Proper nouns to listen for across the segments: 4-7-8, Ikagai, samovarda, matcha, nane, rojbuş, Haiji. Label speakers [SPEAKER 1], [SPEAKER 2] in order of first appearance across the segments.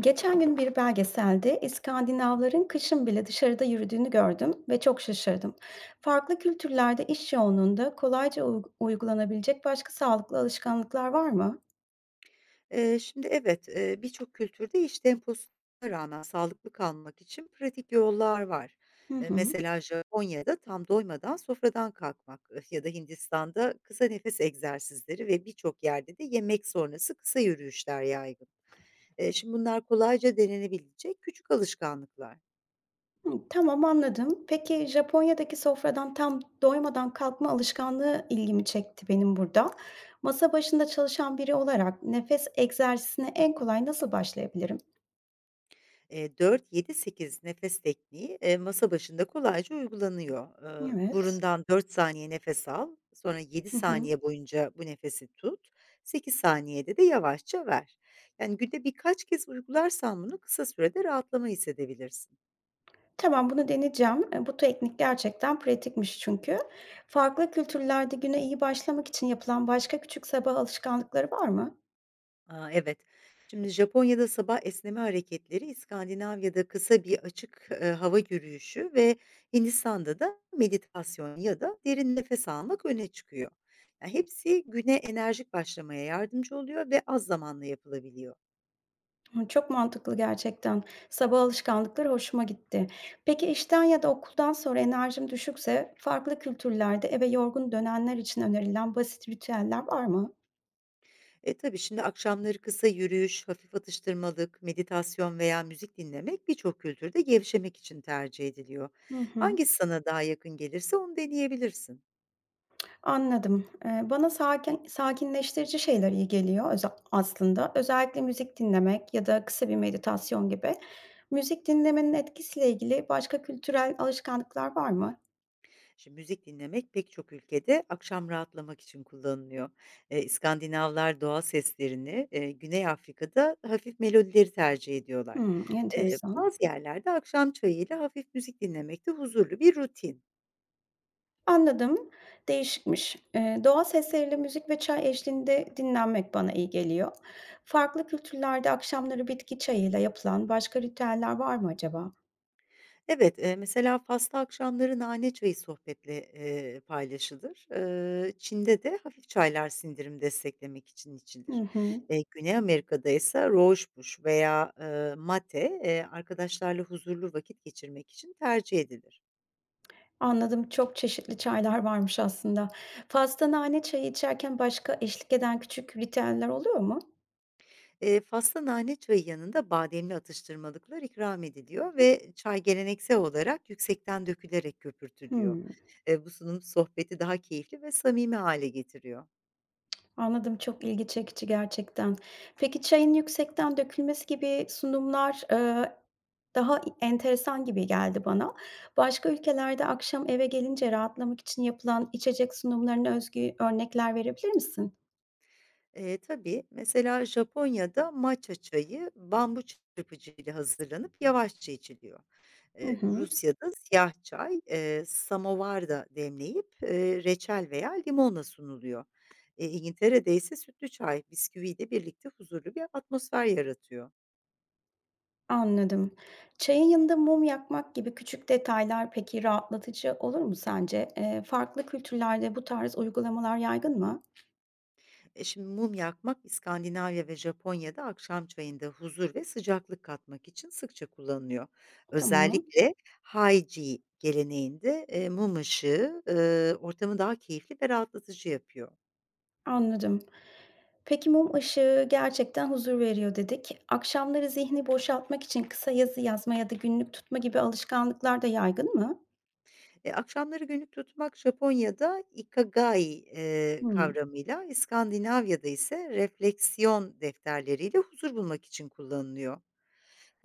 [SPEAKER 1] Geçen gün bir belgeselde İskandinavların kışın bile dışarıda yürüdüğünü gördüm ve çok şaşırdım. Farklı kültürlerde iş yoğunluğunda kolayca uygulanabilecek başka sağlıklı alışkanlıklar var mı?
[SPEAKER 2] Şimdi Evet, birçok kültürde iş temposuna rağmen sağlıklı kalmak için pratik yollar var.
[SPEAKER 1] Hı hı.
[SPEAKER 2] Mesela Japonya'da tam doymadan sofradan kalkmak ya da Hindistan'da kısa nefes egzersizleri ve birçok yerde de yemek sonrası kısa yürüyüşler yaygın. Şimdi bunlar kolayca denenebilecek küçük alışkanlıklar.
[SPEAKER 1] Hı, tamam, anladım. Peki Japonya'daki sofradan tam doymadan kalkma alışkanlığı ilgimi çekti benim burada. Masa başında çalışan biri olarak nefes egzersizine en kolay nasıl başlayabilirim?
[SPEAKER 2] 4-7-8 nefes tekniği, masa başında kolayca uygulanıyor.
[SPEAKER 1] Evet.
[SPEAKER 2] Burundan 4 saniye nefes al, sonra 7
[SPEAKER 1] Hı hı.
[SPEAKER 2] saniye boyunca bu nefesi tut, 8 saniyede de yavaşça ver. Yani günde birkaç kez uygularsan bunu kısa sürede rahatlama hissedebilirsin.
[SPEAKER 1] Tamam, bunu deneyeceğim. Bu teknik gerçekten pratikmiş çünkü. Farklı kültürlerde güne iyi başlamak için yapılan başka küçük sabah alışkanlıkları var mı?
[SPEAKER 2] A, evet. Şimdi Japonya'da sabah esneme hareketleri, İskandinavya'da kısa bir açık, hava yürüyüşü ve Hindistan'da da meditasyon ya da derin nefes almak öne çıkıyor. Ya, hepsi güne enerjik başlamaya yardımcı oluyor ve az zamanla yapılabiliyor.
[SPEAKER 1] Hıı, çok mantıklı gerçekten. Sabah alışkanlıkları hoşuma gitti. Peki işten ya da okuldan sonra enerjim düşükse farklı kültürlerde eve yorgun dönenler için önerilen basit ritüeller var mı?
[SPEAKER 2] E, tabii şimdi akşamları kısa yürüyüş, hafif atıştırmalık, meditasyon veya müzik dinlemek birçok kültürde gevşemek için tercih ediliyor.
[SPEAKER 1] Hı hı.
[SPEAKER 2] Hangisi sana daha yakın gelirse onu deneyebilirsin.
[SPEAKER 1] Anladım. Bana sakinleştirici şeyler iyi geliyor aslında. Özellikle müzik dinlemek ya da kısa bir meditasyon gibi. Müzik dinlemenin etkisiyle ilgili başka kültürel alışkanlıklar var mı?
[SPEAKER 2] Şimdi müzik dinlemek pek çok ülkede akşam rahatlamak için kullanılıyor. İskandinavlar doğa seslerini, Güney Afrika'da hafif melodileri tercih ediyorlar.
[SPEAKER 1] Hımm, enteresan.
[SPEAKER 2] Bazı yerlerde akşam çayıyla hafif müzik dinlemek de huzurlu bir rutin.
[SPEAKER 1] Anladım, değişikmiş. Doğa sesleriyle müzik ve çay eşliğinde dinlenmek bana iyi geliyor. Farklı kültürlerde akşamları bitki çayıyla yapılan başka ritüeller var mı acaba?
[SPEAKER 2] Evet, mesela Fas'ta akşamları nane çayı sohbetle, paylaşılır. Çin'de de hafif çaylar sindirim desteklemek için
[SPEAKER 1] Hı
[SPEAKER 2] içilir.
[SPEAKER 1] hı.
[SPEAKER 2] Güney Amerika'da ise rojbuş veya, mate, arkadaşlarla huzurlu vakit geçirmek için tercih edilir.
[SPEAKER 1] Anladım, çok çeşitli çaylar varmış aslında. Fazla nane çayı içerken başka eşlik eden küçük ritüeller oluyor mu?
[SPEAKER 2] Fas'ta nane çayı yanında bademli atıştırmalıklar ikram ediliyor ve çay geleneksel olarak yüksekten dökülerek köpürtülüyor.
[SPEAKER 1] Hımm,
[SPEAKER 2] Bu sunum sohbeti daha keyifli ve samimi hale getiriyor.
[SPEAKER 1] anladım, çok ilgi çekici gerçekten. Peki çayın yüksekten dökülmesi gibi sunumlar, daha enteresan gibi geldi bana. Başka ülkelerde akşam eve gelince rahatlamak için yapılan içecek sunumlarına özgü örnekler verebilir misin?
[SPEAKER 2] Tabii, mesela Japonya'da matcha çayı bambu çırpıcı ile hazırlanıp yavaşça içiliyor.
[SPEAKER 1] Hı hı.
[SPEAKER 2] Rusya'da siyah çay, samovarda demleyip, reçel veya limonla sunuluyor. İngiltere'de ise sütlü çay bisküviyle birlikte huzurlu bir atmosfer yaratıyor.
[SPEAKER 1] Anladım. Çayın yanında mum yakmak gibi küçük detaylar peki rahatlatıcı olur mu sence? Farklı kültürlerde bu tarz uygulamalar yaygın mı?
[SPEAKER 2] E, şimdi mum yakmak İskandinavya ve Japonya'da akşam çayında huzur ve sıcaklık katmak için sıkça kullanılıyor.
[SPEAKER 1] Tamam,
[SPEAKER 2] Özellikle Haiji geleneğinde mum ışığı ortamı daha keyifli ve rahatlatıcı yapıyor.
[SPEAKER 1] anladım. Peki mum ışığı gerçekten huzur veriyor dedik. Akşamları zihni boşaltmak için kısa yazı yazma ya da günlük tutma gibi alışkanlıklar da yaygın mı?
[SPEAKER 2] E, akşamları günlük tutmak Japonya'da Ikagai
[SPEAKER 1] Hmm.
[SPEAKER 2] kavramıyla, İskandinavya'da ise refleksiyon defterleriyle huzur bulmak için kullanılıyor.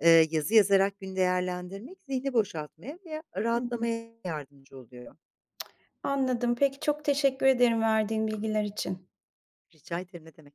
[SPEAKER 2] E, yazı yazarak gün değerlendirmek zihni boşaltmaya ve
[SPEAKER 1] Hı hı.
[SPEAKER 2] rahatlamaya yardımcı oluyor.
[SPEAKER 1] Anladım. Peki çok teşekkür ederim verdiğin bilgiler için.
[SPEAKER 2] Rica ederim, ne demek.